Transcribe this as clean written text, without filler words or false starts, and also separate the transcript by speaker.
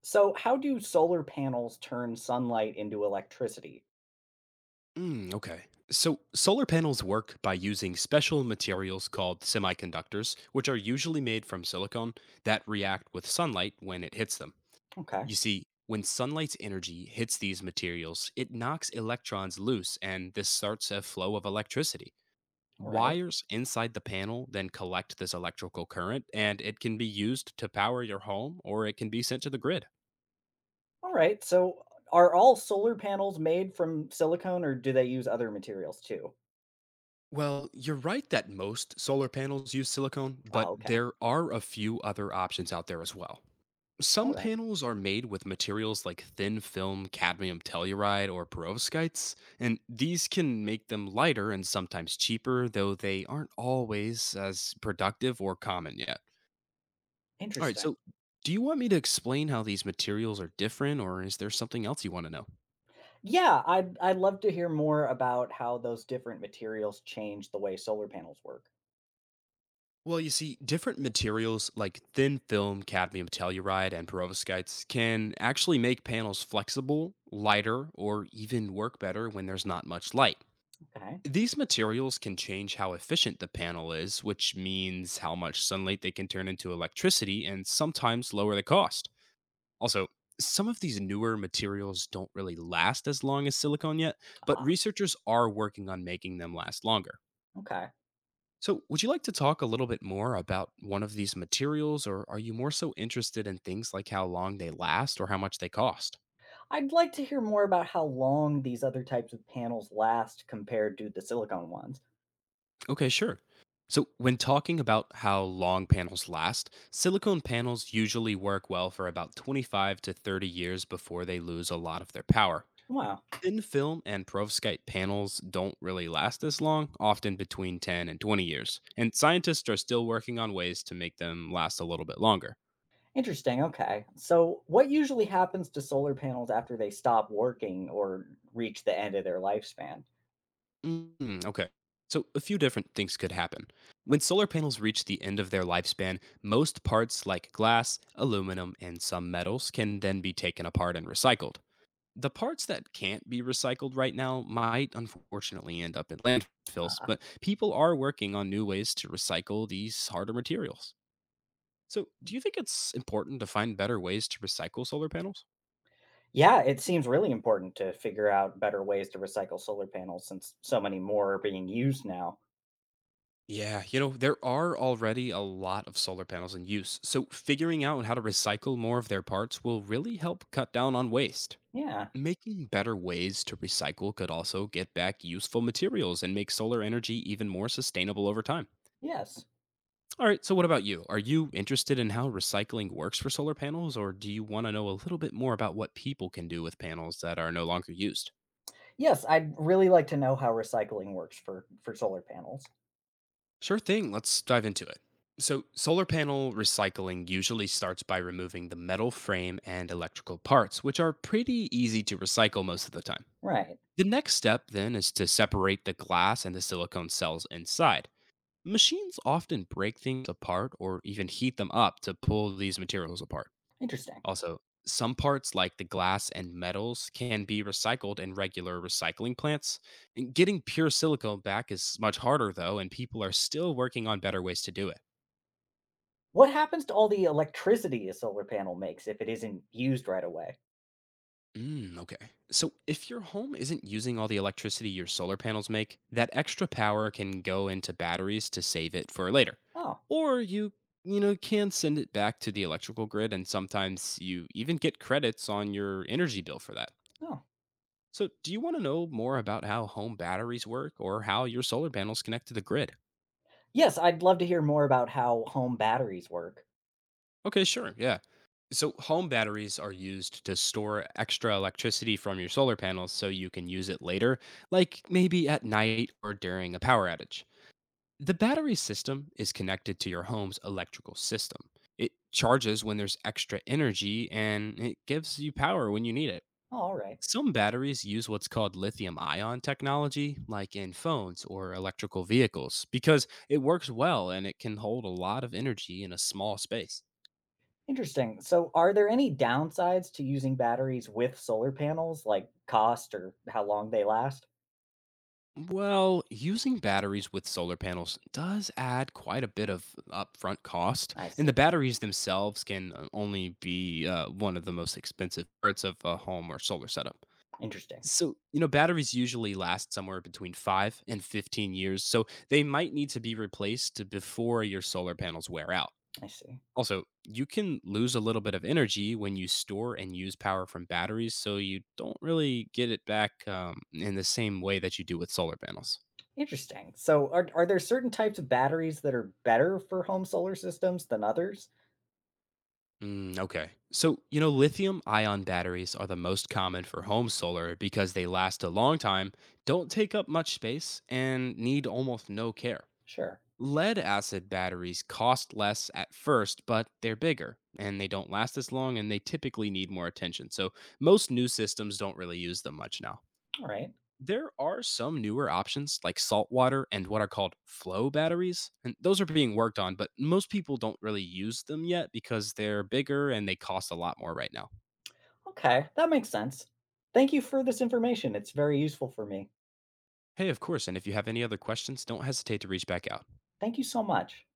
Speaker 1: So, how do solar panels turn sunlight into electricity?
Speaker 2: Mm, okay. So solar panels work by using special materials called semiconductors, which are usually made from silicon that react with sunlight when it hits them.
Speaker 1: Okay.
Speaker 2: You see, when sunlight's energy hits these materials, it knocks electrons loose and this starts a flow of electricity.
Speaker 1: All right.
Speaker 2: Wires inside the panel then collect this electrical current and it can be used to power your home or it can be sent to the grid.
Speaker 1: All right. So, are all solar panels made from silicone or do they use other materials too?
Speaker 2: Well, you're right that most solar panels use silicone,
Speaker 1: Oh,
Speaker 2: but
Speaker 1: okay.
Speaker 2: there are a few other options out there as well.
Speaker 1: All
Speaker 2: Some
Speaker 1: right.
Speaker 2: panels are made with materials like thin film cadmium telluride or perovskites, and these can make them lighter and sometimes cheaper, though they aren't always as productive or common yet. All right,
Speaker 1: Interesting.
Speaker 2: so do you want me to explain how these materials are different, or is there something else you want to know?
Speaker 1: Yeah, I'd love to hear more about how those different materials change the way solar panels work.
Speaker 2: Well, you see, different materials like thin film, cadmium telluride, and perovskites can actually make panels flexible, lighter, or even work better when there's not much light.
Speaker 1: Okay.
Speaker 2: These materials can change how efficient the panel is, which means how much sunlight they can turn into electricity and sometimes lower the cost. Also, some of these newer materials don't really last as long as silicon yet, but
Speaker 1: Ah,
Speaker 2: researchers are working on making them last longer.
Speaker 1: okay.
Speaker 2: So, would you like to talk a little bit more about one of these materials, or are you more so interested in things like how long they last or how much they cost?
Speaker 1: I'd like to hear more about how long these other types of panels last compared to the silicone ones.
Speaker 2: Okay, sure. So, when talking about how long panels last, silicone panels usually work well for about 25 to 30 years before they lose a lot of their power.
Speaker 1: Wow.
Speaker 2: Thin film and perovskite panels don't really last this long, often between 10 and 20 years, and scientists are still working on ways to make them last a little bit longer.
Speaker 1: Interesting, okay. So, what usually happens to solar panels after they stop working or reach the end of their lifespan?
Speaker 2: Mm, okay. So, a few different things could happen. When solar panels reach the end of their lifespan, most parts like glass, aluminum, and some metals can then be taken apart and recycled. The parts that can't be recycled right now might unfortunately end up in landfills,
Speaker 1: Uh,
Speaker 2: but people are working on new ways to recycle these harder materials. So, do you think it's important to find better ways to recycle solar panels?
Speaker 1: yeah, it seems really important to figure out better ways to recycle solar panels since so many more are being used now.
Speaker 2: Yeah, you know, there are already a lot of solar panels in use, so figuring out how to recycle more of their parts will really help cut down on waste.
Speaker 1: Yeah,
Speaker 2: Making better ways to recycle could also get back useful materials and make solar energy even more sustainable over time.
Speaker 1: yes.
Speaker 2: All right, so what about you? Are you interested in how recycling works for solar panels, or do you want to know a little bit more about what people can do with panels that are no longer used?
Speaker 1: Yes, I'd really like to know how recycling works for solar panels.
Speaker 2: Sure thing. Let's dive into it. So, solar panel recycling usually starts by removing the metal frame and electrical parts, which are pretty easy to recycle most of the time.
Speaker 1: Right,
Speaker 2: The next step then is to separate the glass and the silicone cells inside. Machines often break things apart or even heat them up to pull these materials apart.
Speaker 1: interesting.
Speaker 2: Also, some parts like the glass and metals can be recycled in regular recycling plants. And getting pure silicone back is much harder though, and people are still working on better ways to do it.
Speaker 1: What happens to all the electricity a solar panel makes if it isn't used right away?
Speaker 2: Mm, okay. So, if your home isn't using all the electricity your solar panels make, that extra power can go into batteries to save it for later.
Speaker 1: Oh,
Speaker 2: Or you know, can send it back to the electrical grid and sometimes you even get credits on your energy bill for that.
Speaker 1: oh.
Speaker 2: So, do you want to know more about how home batteries work or how your solar panels connect to the grid?
Speaker 1: Yes, I'd love to hear more about how home batteries work.
Speaker 2: Okay, sure. Yeah. So, home batteries are used to store extra electricity from your solar panels so you can use it later, like maybe at night or during a power outage. The battery system is connected to your home's electrical system. It charges when there's extra energy and it gives you power when you need it.
Speaker 1: Oh, all right.
Speaker 2: Some batteries use what's called lithium ion technology, like in phones or electrical vehicles, because it works well and it can hold a lot of energy in a small space.
Speaker 1: Interesting. So, are there any downsides to using batteries with solar panels, like cost or how long they last?
Speaker 2: Well, using batteries with solar panels does add quite a bit of upfront cost,
Speaker 1: I
Speaker 2: and the
Speaker 1: see.
Speaker 2: batteries themselves can only be one of the most expensive parts of a home or solar setup.
Speaker 1: Interesting.
Speaker 2: So, you know, batteries usually last somewhere between 5 and 15 years, so they might need to be replaced before your solar panels wear out.
Speaker 1: I see.
Speaker 2: Also, you can lose a little bit of energy when you store and use power from batteries, so you don't really get it back in the same way that you do with solar panels.
Speaker 1: Interesting. So, are there certain types of batteries that are better for home solar systems than others?
Speaker 2: Mm, okay. So, you know, lithium ion batteries are the most common for home solar because they last a long time, don't take up much space, and need almost no care.
Speaker 1: Sure.
Speaker 2: Lead acid batteries cost less at first, but they're bigger and they don't last as long and they typically need more attention. So most new systems don't really use them much now.
Speaker 1: All right.
Speaker 2: There are some newer options like saltwater and what are called flow batteries. And those are being worked on, but most people don't really use them yet because they're bigger and they cost a lot more right now.
Speaker 1: Okay. That makes sense. Thank you for this information. It's very useful for me.
Speaker 2: Hey, of course. And if you have any other questions, don't hesitate to reach back out.
Speaker 1: Thank you so much.